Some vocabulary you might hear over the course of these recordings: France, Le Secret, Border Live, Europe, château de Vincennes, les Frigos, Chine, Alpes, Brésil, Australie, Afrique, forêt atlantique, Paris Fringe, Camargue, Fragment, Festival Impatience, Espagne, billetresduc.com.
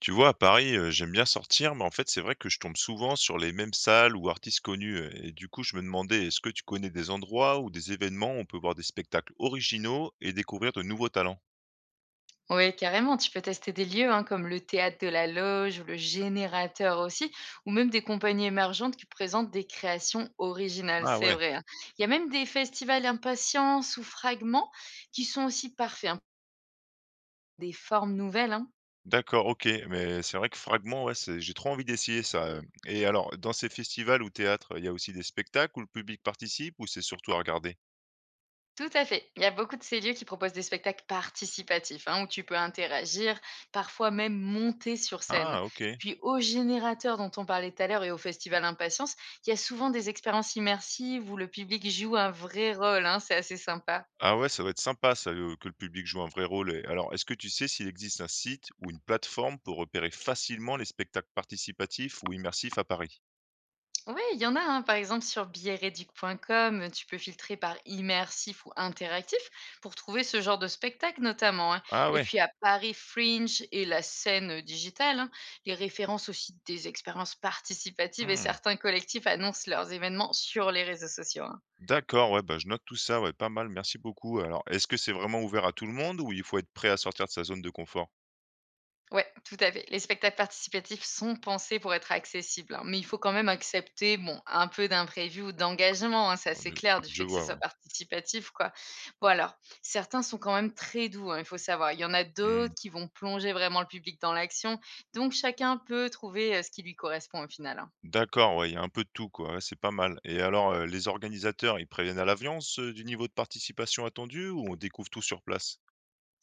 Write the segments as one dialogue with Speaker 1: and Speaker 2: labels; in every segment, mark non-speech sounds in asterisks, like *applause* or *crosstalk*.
Speaker 1: Tu vois, à Paris, j'aime bien sortir, mais en fait, c'est vrai que je tombe souvent sur les mêmes salles ou artistes connus, et du coup, je me demandais, est-ce que tu connais des endroits ou des événements où on peut voir des spectacles originaux et découvrir de nouveaux talents?
Speaker 2: Oui, carrément. Tu peux tester des lieux hein, comme le théâtre de la Loge ou le Générateur aussi, ou même des compagnies émergentes qui présentent des créations originales,
Speaker 1: Ah
Speaker 2: c'est
Speaker 1: ouais,
Speaker 2: vrai. Hein. Il y a même des festivals Impatience ou Fragments qui sont aussi parfaits, hein, des formes nouvelles. Hein.
Speaker 1: d'accord, OK, mais c'est vrai que Fragment, ouais, c'est j'ai trop envie d'essayer ça, et alors dans ces festivals ou théâtres, il y a aussi des spectacles où le public participe ou c'est surtout à regarder?
Speaker 2: Tout à fait. Il y a beaucoup de ces lieux qui proposent des spectacles participatifs, hein, où tu peux interagir, parfois même monter sur scène.
Speaker 1: Ah OK.
Speaker 2: Puis au Générateur dont on parlait tout à l'heure et au Festival Impatience, il y a souvent des expériences immersives où le public joue un vrai rôle. Hein, c'est assez sympa.
Speaker 1: Ah ouais, ça doit être sympa ça, le que le public joue un vrai rôle. Et alors est-ce que tu sais s'il existe un site ou une plateforme pour repérer facilement les spectacles participatifs ou immersifs à Paris?
Speaker 2: Oui, il y en a, hein. Par exemple, sur billetresduc.com, tu peux filtrer par immersif ou interactif pour trouver ce genre de spectacle notamment. Hein.
Speaker 1: Ah
Speaker 2: Et
Speaker 1: ouais.
Speaker 2: puis à Paris Fringe et la scène digitale, hein, les références aussi des expériences participatives et
Speaker 1: Mmh.
Speaker 2: certains collectifs annoncent leurs événements sur les réseaux sociaux. Hein.
Speaker 1: D'accord, ouais, bah, je note tout ça, ouais, pas mal, merci beaucoup. Alors, est-ce que c'est vraiment ouvert à tout le monde ou il faut être prêt à sortir de sa zone de confort?
Speaker 2: Ouais, tout à fait. Les spectacles participatifs sont pensés pour être accessibles, hein, mais il faut quand même accepter bon, un peu d'imprévu ou d'engagement, hein, ça
Speaker 1: Ouais,
Speaker 2: c'est clair, du
Speaker 1: je
Speaker 2: fait que ce
Speaker 1: vois,
Speaker 2: soit
Speaker 1: ouais.
Speaker 2: participatif. Quoi. Bon alors, certains sont quand même très doux, hein, il faut savoir. Il y en a
Speaker 1: Mmh.
Speaker 2: d'autres qui vont plonger vraiment le public dans l'action, donc chacun peut trouver ce qui lui correspond au final. Hein.
Speaker 1: D'accord, ouais, il y a un peu de tout, quoi, ouais, c'est pas mal. Et alors, les organisateurs, ils préviennent à l'avance, du niveau de participation attendu ou on découvre tout sur place?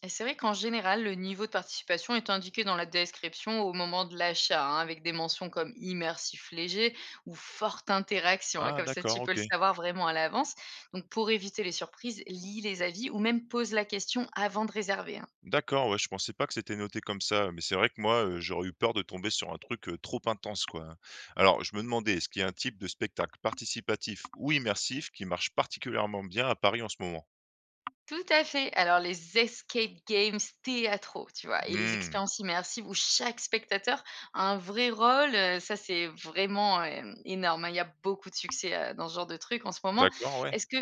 Speaker 2: Et c'est vrai qu'en général, le niveau de participation est indiqué dans la description au moment de l'achat, hein, avec des mentions comme immersif léger ou forte interaction. Hein,
Speaker 1: Ah
Speaker 2: comme ça,
Speaker 1: d'accord,
Speaker 2: tu peux le
Speaker 1: OK.
Speaker 2: savoir vraiment à l'avance. Donc, pour éviter les surprises, lis les avis ou même pose la question avant de réserver. Hein.
Speaker 1: D'accord, ouais, je pensais pas que c'était noté comme ça, mais c'est vrai que moi, j'aurais eu peur de tomber sur un truc, trop intense, quoi, hein. Alors, je me demandais, est-ce qu'il y a un type de spectacle participatif ou immersif qui marche particulièrement bien à Paris en ce moment?
Speaker 2: Tout à fait. Alors, les escape games théâtraux, tu vois, et les
Speaker 1: Mmh,
Speaker 2: expériences immersives où chaque spectateur a un vrai rôle, ça, c'est vraiment énorme. Hein. Il y a beaucoup de succès dans ce genre de truc en ce moment.
Speaker 1: d'accord, ouais.
Speaker 2: Est-ce que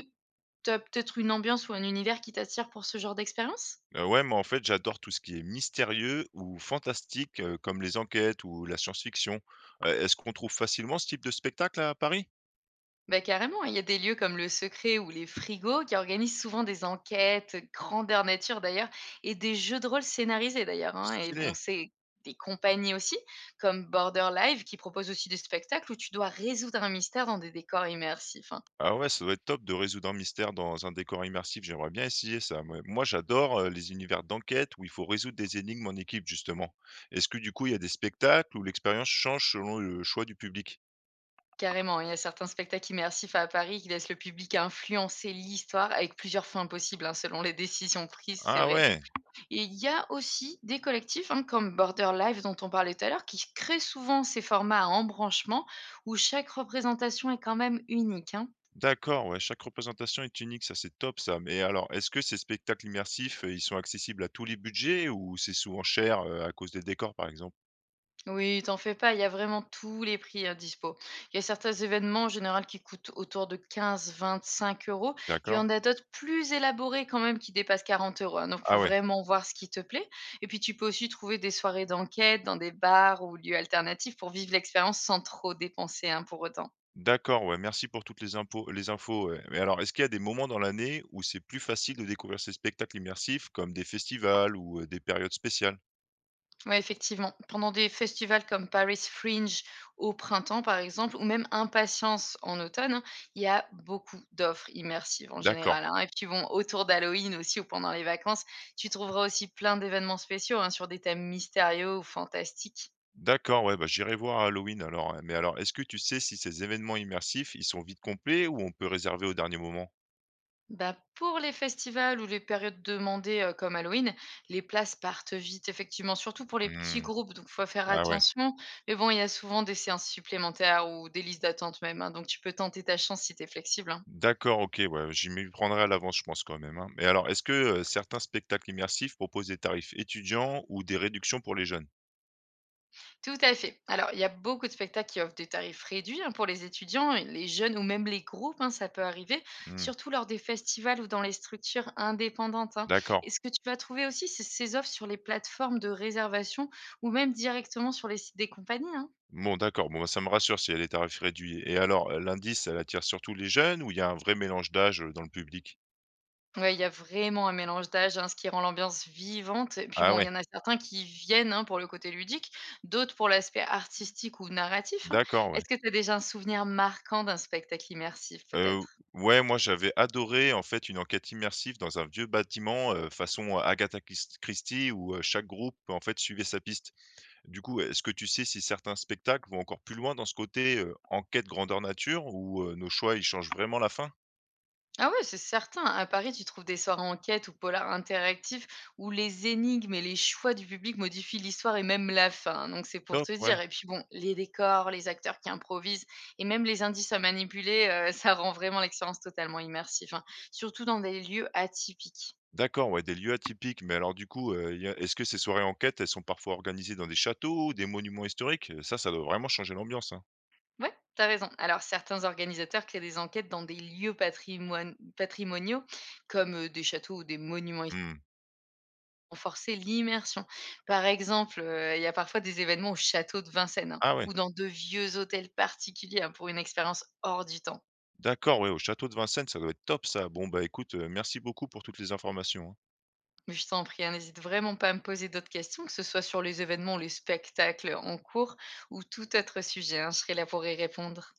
Speaker 2: t'as peut-être une ambiance ou un univers qui t'attire pour ce genre d'expérience?
Speaker 1: Ouais, moi, en fait, j'adore tout ce qui est mystérieux ou fantastique, comme les enquêtes ou la science-fiction. Est-ce qu'on trouve facilement ce type de spectacle à Paris?
Speaker 2: Bah, carrément, hein, il y a des lieux comme Le Secret ou Les Frigos qui organisent souvent des enquêtes, grandeur nature d'ailleurs, et des jeux de rôle scénarisés d'ailleurs, hein. Et bon,
Speaker 1: Stylé.
Speaker 2: c'est des compagnies aussi, comme Border Live qui propose aussi des spectacles où tu dois résoudre un mystère dans des décors immersifs, hein.
Speaker 1: Ah ouais, ça doit être top de résoudre un mystère dans un décor immersif. J'aimerais bien essayer ça. Moi, moi, j'adore les univers d'enquête où il faut résoudre des énigmes en équipe, justement. Est-ce que du coup, il y a des spectacles où l'expérience change selon le choix du public?
Speaker 2: Carrément, il y a certains spectacles immersifs à Paris qui laissent le public influencer l'histoire avec plusieurs fins possibles, hein, selon les décisions prises, c'est
Speaker 1: Ah
Speaker 2: vrai.
Speaker 1: ouais,
Speaker 2: Et il y a aussi des collectifs, hein, comme Border Live dont on parlait tout à l'heure, qui créent souvent ces formats à embranchement où chaque représentation est quand même unique. Hein.
Speaker 1: d'accord, ouais, chaque représentation est unique, ça c'est top ça. Mais alors, est-ce que ces spectacles immersifs, ils sont accessibles à tous les budgets ou c'est souvent cher à cause des décors, par exemple?
Speaker 2: Oui, t'en fais pas, il y a vraiment tous les prix à dispo. Il y a certains événements en général qui coûtent autour de 15-25 euros. Il y
Speaker 1: D'accord?
Speaker 2: en a d'autres plus élaborés quand même qui dépassent 40 euros. Hein. Donc, il
Speaker 1: Ah
Speaker 2: faut
Speaker 1: ouais.
Speaker 2: vraiment voir ce qui te plaît. Et puis, tu peux aussi trouver des soirées d'enquête dans des bars ou lieux alternatifs pour vivre l'expérience sans trop dépenser hein, pour autant.
Speaker 1: D'accord, ouais, merci pour toutes les impos les infos, ouais. Mais alors, est-ce qu'il y a des moments dans l'année où c'est plus facile de découvrir ces spectacles immersifs, comme des festivals ou des périodes spéciales?
Speaker 2: Ouais, effectivement. Pendant des festivals comme Paris Fringe au printemps, par exemple, ou même Impatience en automne, hein, il y a beaucoup d'offres immersives en
Speaker 1: D'accord,
Speaker 2: général. Hein. Et puis bon, autour d'Halloween aussi ou pendant les vacances, tu trouveras aussi plein d'événements spéciaux hein, sur des thèmes mystérieux ou fantastiques.
Speaker 1: d'accord, ouais, bah, j'irai voir à Halloween alors, ouais. Mais alors, est-ce que tu sais si ces événements immersifs, ils sont vite complets ou on peut réserver au dernier moment?
Speaker 2: Bah, pour les festivals ou les périodes demandées comme Halloween, les places partent vite, effectivement, surtout pour les petits
Speaker 1: Mmh.
Speaker 2: groupes, donc faut faire
Speaker 1: Ah ouais.
Speaker 2: attention. Mais bon, il y a souvent des séances supplémentaires ou des listes d'attente même, hein, donc tu peux tenter ta chance si tu es flexible. Hein.
Speaker 1: D'accord, OK, ouais, j'y m'y prendrai à l'avance, je pense quand même, hein. Mais alors, est-ce que, certains spectacles immersifs proposent des tarifs étudiants ou des réductions pour les jeunes?
Speaker 2: Tout à fait. Alors, il y a beaucoup de spectacles qui offrent des tarifs réduits hein, pour les étudiants, et les jeunes ou même les groupes, hein, ça peut arriver,
Speaker 1: Mmh,
Speaker 2: surtout lors des festivals ou dans les structures indépendantes. Hein.
Speaker 1: d'accord.
Speaker 2: Et ce que tu vas trouver aussi, c'est ces offres sur les plateformes de réservation ou même directement sur les sites des compagnies. Hein.
Speaker 1: Bon, d'accord, bon, bah, ça me rassure si elle est à tarif réduit. Et alors, l'indice, elle attire surtout les jeunes ou il y a un vrai mélange d'âge, dans le public?
Speaker 2: Ouais, il y a vraiment un mélange d'âge, hein, ce qui rend l'ambiance vivante. Et puis
Speaker 1: Ah
Speaker 2: bon, il
Speaker 1: ouais,
Speaker 2: y en a certains qui viennent hein, pour le côté ludique, d'autres pour l'aspect artistique ou narratif. Hein.
Speaker 1: d'accord, ouais.
Speaker 2: Est-ce que tu as déjà un souvenir marquant d'un spectacle immersif,
Speaker 1: Heu,
Speaker 2: peut-être.
Speaker 1: ouais, moi, j'avais adoré, en fait, une enquête immersive dans un vieux bâtiment, façon Agatha Christie où, chaque groupe, en fait, suivait sa piste. Du coup, est-ce que tu sais si certains spectacles vont encore plus loin dans ce côté, enquête grandeur nature où nos choix, ils changent vraiment la fin?
Speaker 2: Ah ouais, c'est certain. À Paris, tu trouves des soirées enquête ou polar interactifs où les énigmes et les choix du public modifient l'histoire et même la fin. Donc c'est pour
Speaker 1: Top,
Speaker 2: te
Speaker 1: ouais.
Speaker 2: dire. Et puis bon, les décors, les acteurs qui improvisent et même les indices à manipuler, *laughs* ça rend vraiment l'expérience totalement immersive. Hein. Surtout dans des lieux atypiques.
Speaker 1: D'accord, ouais, des lieux atypiques, mais alors du coup, y a est-ce que ces soirées enquête, elles sont parfois organisées dans des châteaux, ou des monuments historiques? Ça doit vraiment changer l'ambiance, hein?
Speaker 2: Ouais, t'as raison. Alors certains organisateurs créent des enquêtes dans des lieux patrimoniaux comme des châteaux ou des monuments.
Speaker 1: Mmh.
Speaker 2: Renforcer l'immersion. Par exemple, il y a parfois des événements au château de Vincennes, hein,
Speaker 1: Ah ouais,
Speaker 2: ou dans de vieux hôtels particuliers, hein, pour une expérience hors du temps.
Speaker 1: d'accord, ouais, au château de Vincennes, ça doit être top ça. Bon, bah, écoute, merci beaucoup pour toutes les informations, hein.
Speaker 2: Mais je t'en prie, hein, n'hésite vraiment pas à me poser d'autres questions, que ce soit sur les événements, les spectacles en cours ou tout autre sujet, hein, je serai là pour y répondre.